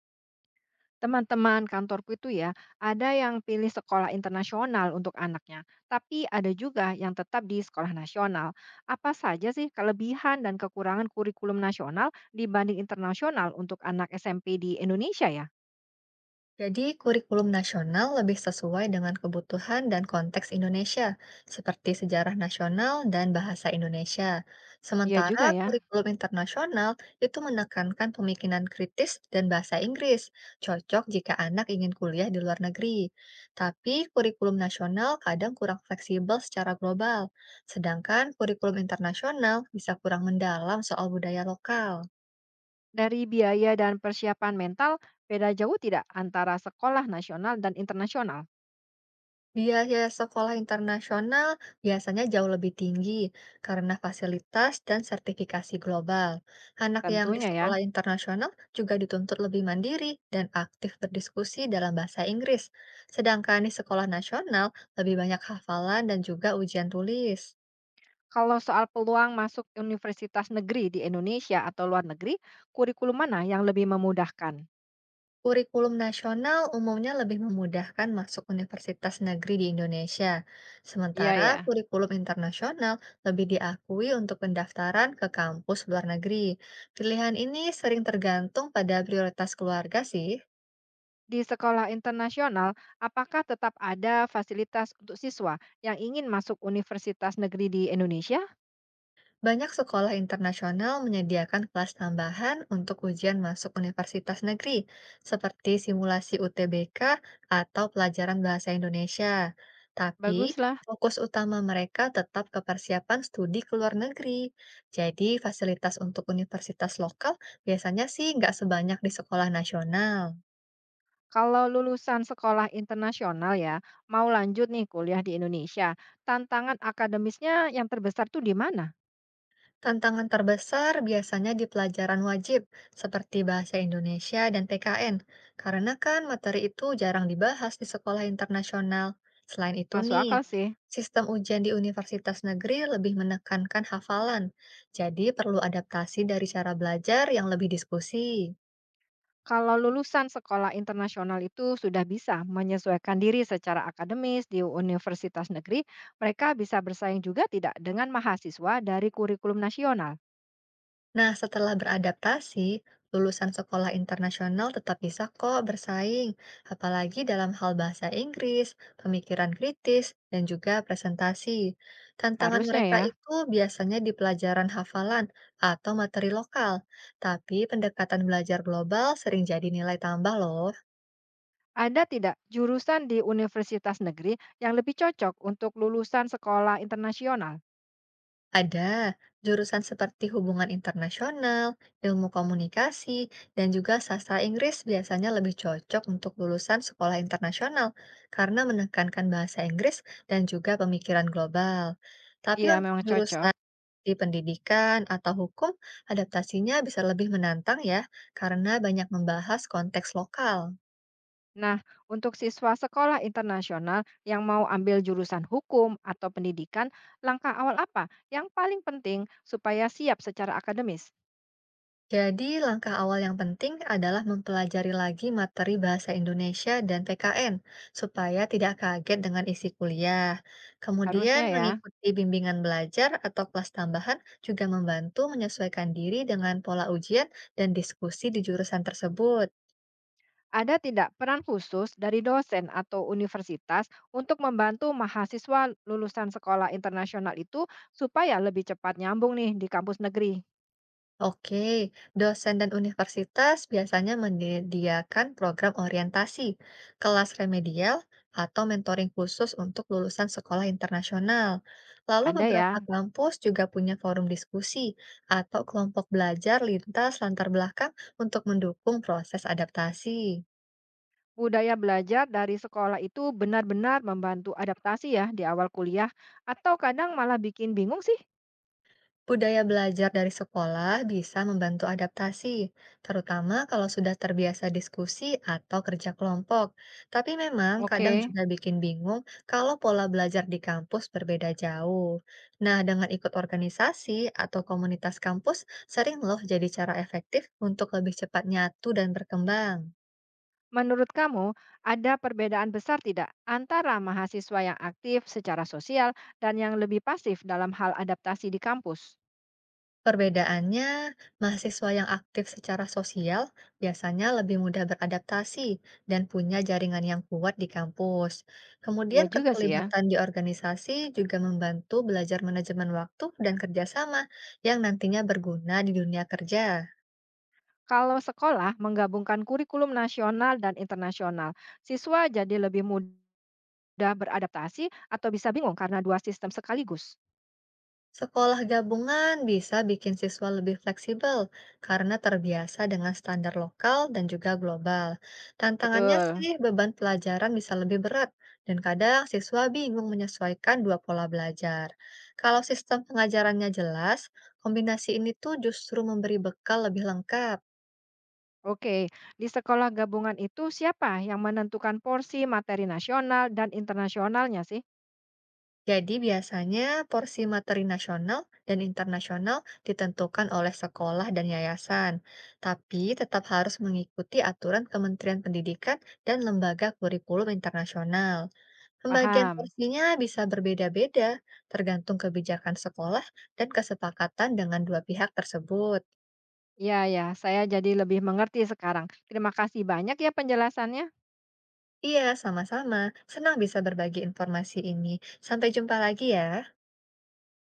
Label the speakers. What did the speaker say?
Speaker 1: Teman-teman kantorku itu ya, ada yang pilih sekolah internasional untuk anaknya, tapi ada juga yang tetap di sekolah nasional. Apa saja sih kelebihan dan kekurangan kurikulum nasional dibanding internasional untuk anak SMP di Indonesia ya?
Speaker 2: Jadi, kurikulum nasional lebih sesuai dengan kebutuhan dan konteks Indonesia, seperti sejarah nasional dan bahasa Indonesia.
Speaker 1: Iya
Speaker 2: Sementara
Speaker 1: juga ya.
Speaker 2: kurikulum internasional itu menekankan pemikiran kritis dan bahasa Inggris, cocok jika anak ingin kuliah di luar negeri. Tapi, kurikulum nasional kadang kurang fleksibel secara global, sedangkan kurikulum internasional bisa kurang mendalam soal budaya lokal.
Speaker 1: Dari biaya dan persiapan mental, beda jauh tidak antara sekolah nasional dan internasional?
Speaker 2: Biaya sekolah internasional biasanya jauh lebih tinggi karena fasilitas dan sertifikasi global. Anak yang di
Speaker 1: Tentunya ya.
Speaker 2: sekolah internasional juga dituntut lebih mandiri dan aktif berdiskusi dalam bahasa Inggris, sedangkan di sekolah nasional lebih banyak hafalan dan juga ujian tulis.
Speaker 1: Kalau soal peluang masuk universitas negeri di Indonesia atau luar negeri, kurikulum mana yang lebih memudahkan?
Speaker 2: Kurikulum nasional umumnya lebih memudahkan masuk universitas negeri di Indonesia,
Speaker 1: Iya
Speaker 2: sementara
Speaker 1: ya.
Speaker 2: kurikulum internasional lebih diakui untuk pendaftaran ke kampus luar negeri. Pilihan ini sering tergantung pada prioritas keluarga sih.
Speaker 1: Di sekolah internasional, apakah tetap ada fasilitas untuk siswa yang ingin masuk universitas negeri di Indonesia?
Speaker 2: Banyak sekolah internasional menyediakan kelas tambahan untuk ujian masuk universitas negeri, seperti simulasi UTBK atau pelajaran bahasa Indonesia. Tapi,
Speaker 1: Baguslah.
Speaker 2: fokus utama mereka tetap ke persiapan studi ke luar negeri. Jadi, fasilitas untuk universitas lokal biasanya sih nggak sebanyak di sekolah nasional.
Speaker 1: Kalau lulusan sekolah internasional ya, mau lanjut nih kuliah di Indonesia, tantangan akademisnya yang terbesar tuh di mana?
Speaker 2: Tantangan terbesar biasanya di pelajaran wajib, seperti bahasa Indonesia dan PKN, karena kan materi itu jarang dibahas di sekolah internasional. Selain itu
Speaker 1: Masuk
Speaker 2: nih,
Speaker 1: akal sih.
Speaker 2: sistem ujian di universitas negeri lebih menekankan hafalan, jadi perlu adaptasi dari cara belajar yang lebih diskusi.
Speaker 1: Kalau lulusan sekolah internasional itu sudah bisa menyesuaikan diri secara akademis di universitas negeri, mereka bisa bersaing juga tidak dengan mahasiswa dari kurikulum nasional?
Speaker 2: Nah, setelah beradaptasi, lulusan sekolah internasional tetap bisa kok bersaing, apalagi dalam hal bahasa Inggris, pemikiran kritis, dan juga presentasi. Tantangan
Speaker 1: Harusnya
Speaker 2: mereka
Speaker 1: ya.
Speaker 2: itu biasanya di pelajaran hafalan atau materi lokal, tapi pendekatan belajar global sering jadi nilai tambah loh.
Speaker 1: Ada tidak jurusan di universitas negeri yang lebih cocok untuk lulusan sekolah internasional?
Speaker 2: Ada jurusan seperti hubungan internasional, ilmu komunikasi, dan juga sastra Inggris biasanya lebih cocok untuk lulusan sekolah internasional karena menekankan bahasa Inggris dan juga pemikiran global. Tapi
Speaker 1: Iya,
Speaker 2: untuk
Speaker 1: memang cocok.
Speaker 2: jurusan di pendidikan atau hukum, adaptasinya bisa lebih menantang ya, karena banyak membahas konteks lokal.
Speaker 1: Nah, untuk siswa sekolah internasional yang mau ambil jurusan hukum atau pendidikan, langkah awal apa yang paling penting supaya siap secara akademis?
Speaker 2: Jadi, langkah awal yang penting adalah mempelajari lagi materi bahasa Indonesia dan PKN, supaya tidak kaget dengan isi kuliah. Kemudian,
Speaker 1: Harusnya ya.
Speaker 2: mengikuti bimbingan belajar atau kelas tambahan juga membantu menyesuaikan diri dengan pola ujian dan diskusi di jurusan tersebut.
Speaker 1: Ada tidak peran khusus dari dosen atau universitas untuk membantu mahasiswa lulusan sekolah internasional itu supaya lebih cepat nyambung nih di kampus negeri?
Speaker 2: Oke, dosen dan universitas biasanya menyediakan program orientasi, kelas remedial, atau mentoring khusus untuk lulusan sekolah internasional. Lalu
Speaker 1: Ada
Speaker 2: beberapa
Speaker 1: ya.
Speaker 2: kampus juga punya forum diskusi atau kelompok belajar lintas latar belakang untuk mendukung proses adaptasi.
Speaker 1: Budaya belajar dari sekolah itu benar-benar membantu adaptasi ya di awal kuliah, atau kadang malah bikin bingung sih.
Speaker 2: Budaya belajar dari sekolah bisa membantu adaptasi, terutama kalau sudah terbiasa diskusi atau kerja kelompok. Tapi memang kadang
Speaker 1: Oke,
Speaker 2: juga bikin bingung kalau pola belajar di kampus berbeda jauh. Nah, dengan ikut organisasi atau komunitas kampus, sering loh jadi cara efektif untuk lebih cepat nyatu dan berkembang.
Speaker 1: menurut kamu, ada perbedaan besar tidak antara mahasiswa yang aktif secara sosial dan yang lebih pasif dalam hal adaptasi di kampus?
Speaker 2: Perbedaannya, mahasiswa yang aktif secara sosial biasanya lebih mudah beradaptasi dan punya jaringan yang kuat di kampus.
Speaker 1: Ya
Speaker 2: Kemudian
Speaker 1: juga sih ya.
Speaker 2: keterlibatan di organisasi juga membantu belajar manajemen waktu dan kerjasama yang nantinya berguna di dunia kerja.
Speaker 1: Kalau sekolah menggabungkan kurikulum nasional dan internasional, siswa jadi lebih mudah beradaptasi atau bisa bingung karena dua sistem sekaligus.
Speaker 2: Sekolah gabungan bisa bikin siswa lebih fleksibel karena terbiasa dengan standar lokal dan juga global. Tantangannya
Speaker 1: Betul.
Speaker 2: sih beban pelajaran bisa lebih berat dan kadang siswa bingung menyesuaikan dua pola belajar. Kalau sistem pengajarannya jelas, kombinasi ini tuh justru memberi bekal lebih lengkap.
Speaker 1: Oke, di sekolah gabungan itu siapa yang menentukan porsi materi nasional dan internasionalnya sih?
Speaker 2: Jadi biasanya porsi materi nasional dan internasional ditentukan oleh sekolah dan yayasan, tapi tetap harus mengikuti aturan Kementerian Pendidikan dan lembaga kurikulum internasional. Pembagian
Speaker 1: Paham.
Speaker 2: porsinya bisa berbeda-beda, tergantung kebijakan sekolah dan kesepakatan dengan dua pihak tersebut.
Speaker 1: Ya, ya, saya jadi lebih mengerti sekarang. Terima kasih banyak ya penjelasannya.
Speaker 2: Iya, sama-sama. Senang bisa berbagi informasi ini. Sampai jumpa lagi ya.